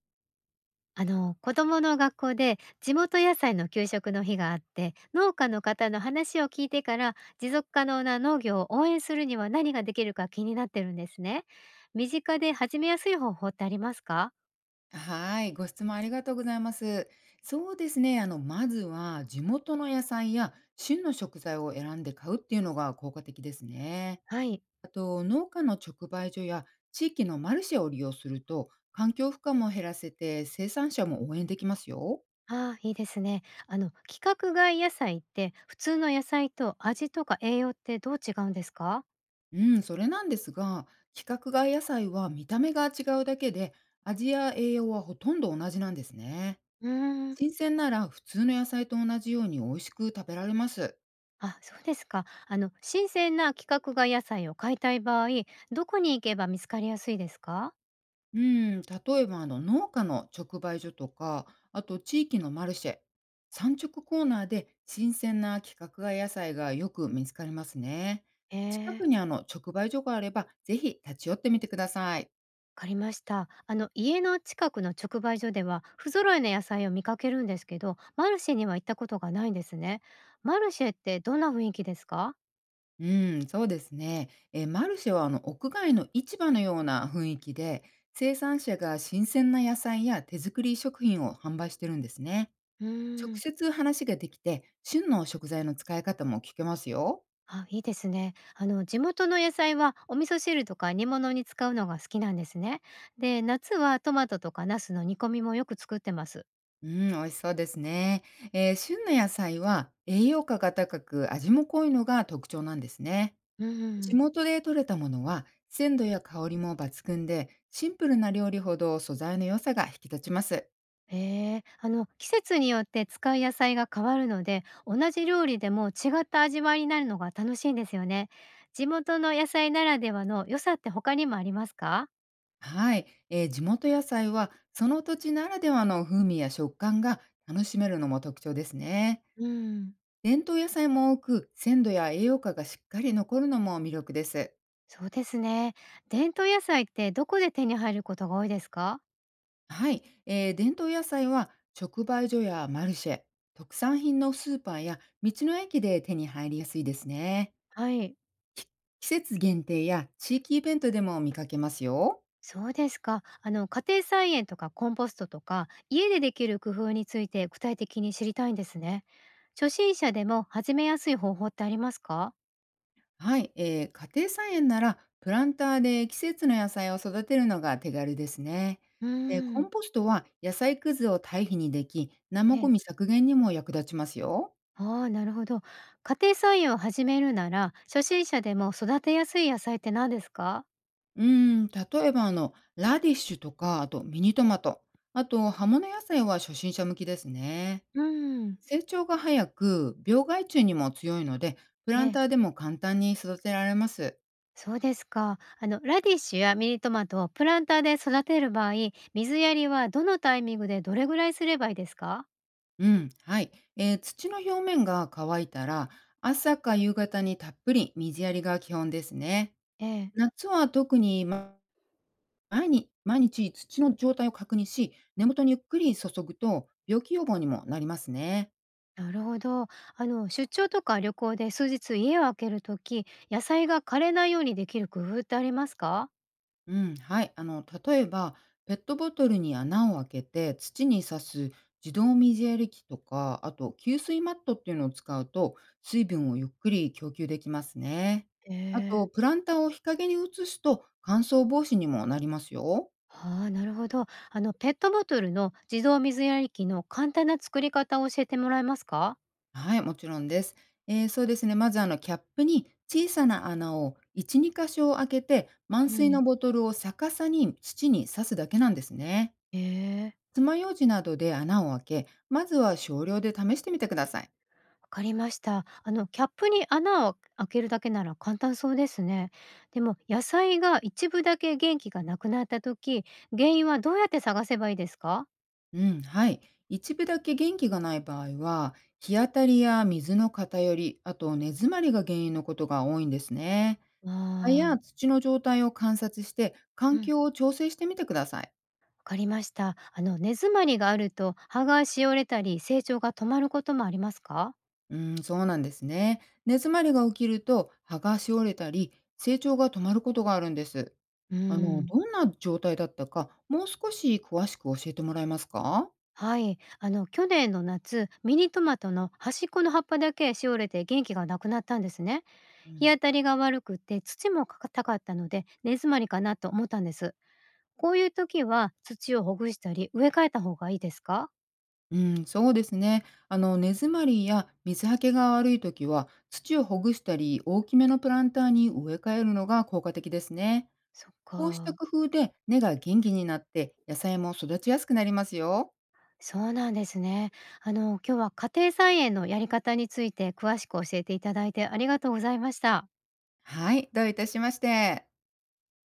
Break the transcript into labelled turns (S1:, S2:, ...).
S1: 子供の学校で地元野菜の給食の日があって、農家の方の話を聞いてから、持続可能な農業を応援するには何ができるか気になってるんですね。身近で始めやすい方法ってありますか？
S2: はい、ご質問ありがとうございます。そうですね、まずは地元の野菜や旬の食材を選んで買うっていうのが効果的ですね。
S1: はい。
S2: あと、農家の直売所や地域のマルシェを利用すると、環境負荷も減らせて生産者も応援できますよ。
S1: ああ、ーいいですね。規格外野菜って普通の野菜と味とか栄養ってどう違うんですか？
S2: うん、それなんですが、規格外野菜は見た目が違うだけで、味や栄養はほとんど同じなんですね。
S1: うーん。
S2: 新鮮なら普通の野菜と同じように美味しく食べられます。
S1: あ、そうですか。あの、新鮮な規格外野菜を買いたい場合、どこに行けば見つかりやすいですか？
S2: うーん、例えば農家の直売所とか、あと地域のマルシェ、産直コーナーで新鮮な規格外野菜がよく見つかりますね。
S1: へ
S2: 近
S1: え。
S2: くに直売所があれば、ぜひ立ち寄ってみてください。
S1: わかりました。あの、家の近くの直売所では不揃いの野菜を見かけるんですけど、マルシェには行ったことがないんですね。マルシェってどんな雰囲気ですか？
S2: うん、そうですね。マルシェは屋外の市場のような雰囲気で、生産者が新鮮な野菜や手作り食品を販売してるんですね。
S1: う
S2: 直
S1: ーん。
S2: 接話ができて、旬の食材の使い方も聞けますよ。
S1: あ、いいですね。あの、地元の野菜はお味噌汁とか煮物に使うのが好きなんですね。で、夏はトマトとかナスの煮込みもよく作ってます。
S2: うん、美味しそうですね。旬の野菜は栄養価が高く味も濃いのが特徴なんですね。
S1: うう
S2: 地
S1: ん。
S2: 元で採れたものは鮮度や香りも抜群で、シンプルな料理ほど素材の良さが引き立ちます。
S1: ええ、あの、季節によって使う野菜が変わるので、同じ料理でも違った味わいになるのが楽しいんですよね。地元の野菜ならではの良さって他にもありますか？
S2: はい、地元野菜はその土地ならではの風味や食感が楽しめるのも特徴ですね。
S1: うん。
S2: 伝統野菜も多く、鮮度や栄養価がしっかり残るのも魅力です。
S1: そうですね。伝統野菜ってどこで手に入ることが多いですか？
S2: はい、伝統野菜は直売所やマルシェ、特産品のスーパーや道の駅で手に入りやすいですね。
S1: はい。
S2: 季節限定や地域イベントでも見かけますよ。
S1: そうですか。あの、家庭菜園とかコンポストとか家でできる工夫について具体的に知りたいんですね。初心者でも始めやすい方法ってありますか？
S2: はい、家庭菜園ならプランターで季節の野菜を育てるのが手軽ですね。
S1: う
S2: でコ
S1: ん。
S2: ンポストは野菜くずを堆肥にでき、生ゴ
S1: え
S2: ミ
S1: え。
S2: 削減にも役立ちますよ。
S1: ああ、なるほど。家庭菜園を始めるなら、初心者でも育てやすい野菜って何ですか？
S2: うん、例えばラディッシュとか、あとミニトマト、あと葉物野菜は初心者向きですね。
S1: うん。
S2: 成長が早く、病害虫にも強いので、プ
S1: え
S2: ラン
S1: え、
S2: ターでも簡単に育てられます。
S1: そうですか。あの、ラディッシュやミニトマトをプランターで育てる場合、水やりはどのタイミングでどれぐらいすればいいですか？
S2: うん、はい。土の表面が乾いたら、朝か夕方にたっぷり水やりが基本ですね。
S1: ええ、
S2: 夏は特に毎日毎日土の状態を確認し、根元にゆっくり注ぐと病気予防にもなりますね。
S1: なるほど。あの、出張とか旅行で数日家を空けるとき、野菜が枯れないようにできる工夫ってありますか？
S2: うん、はい。例えば、ペットボトルに穴を開けて土に刺す自動水やり機とか、あと給水マットっていうのを使うと、水分をゆっくり供給できますね。
S1: え
S2: あと、
S1: え。
S2: プランターを日陰に移すと乾燥防止にもなりますよ。
S1: はあ、なるほど。あの、ペットボトルの自動水やり器の簡単な作り方を教えてもらえますか？
S2: はい、もちろんです。そうですね。まずキャップに小さな穴を1、2箇所開けて、満
S1: う
S2: 水
S1: ん、
S2: のボトルを逆さに土に刺すだけなんですね。
S1: ええ。
S2: 爪楊枝などで穴を開け、まずは少量で試してみてください。
S1: わかりました。あの、キャップに穴を開けるだけなら簡単そうですね。でも、野菜が一部だけ元気がなくなった時、原因はどうやって探せばいいですか？
S2: うん、はい。一部だけ元気がない場合は、日当たりや水の偏り、あと根詰まりが原因のことが多いんですね。葉
S1: あ
S2: や
S1: あ、
S2: 土の状態を観察して、環
S1: うん、わ
S2: 境を調整してみてください。
S1: かりました。あの、根詰まりがあると、葉がしおれたり、成長が止まることもありますか？
S2: うん、そうなんですね。根詰まりが起きると、葉がしおれたり、成長が止まることがあるんです。
S1: う
S2: あの、
S1: ん。
S2: どんな状態だったか、もう少し詳しく教えてもらえますか？
S1: はい、あの、去年の夏、ミニトマトの端っこの葉っぱだけしおれて元気がなくなったんですね。
S2: う
S1: 日
S2: ん。
S1: 当たりが悪くて土も硬かったので、根詰まりかなと思ったんです。こういう時は土をほぐしたり植え替えた方がいいですか？
S2: うん、そうですね。根詰まりや水はけが悪いときは、土をほぐしたり、大きめのプランターに植え替えるのが効果的ですね。
S1: そっ
S2: こうした
S1: か。
S2: 工夫で根が元気になって、野菜も育ちやすくなりますよ。
S1: そうなんですね。あの、今日は家庭菜園のやり方について詳しく教えていただいて、ありがとうございました。
S2: はい、どういたしまして。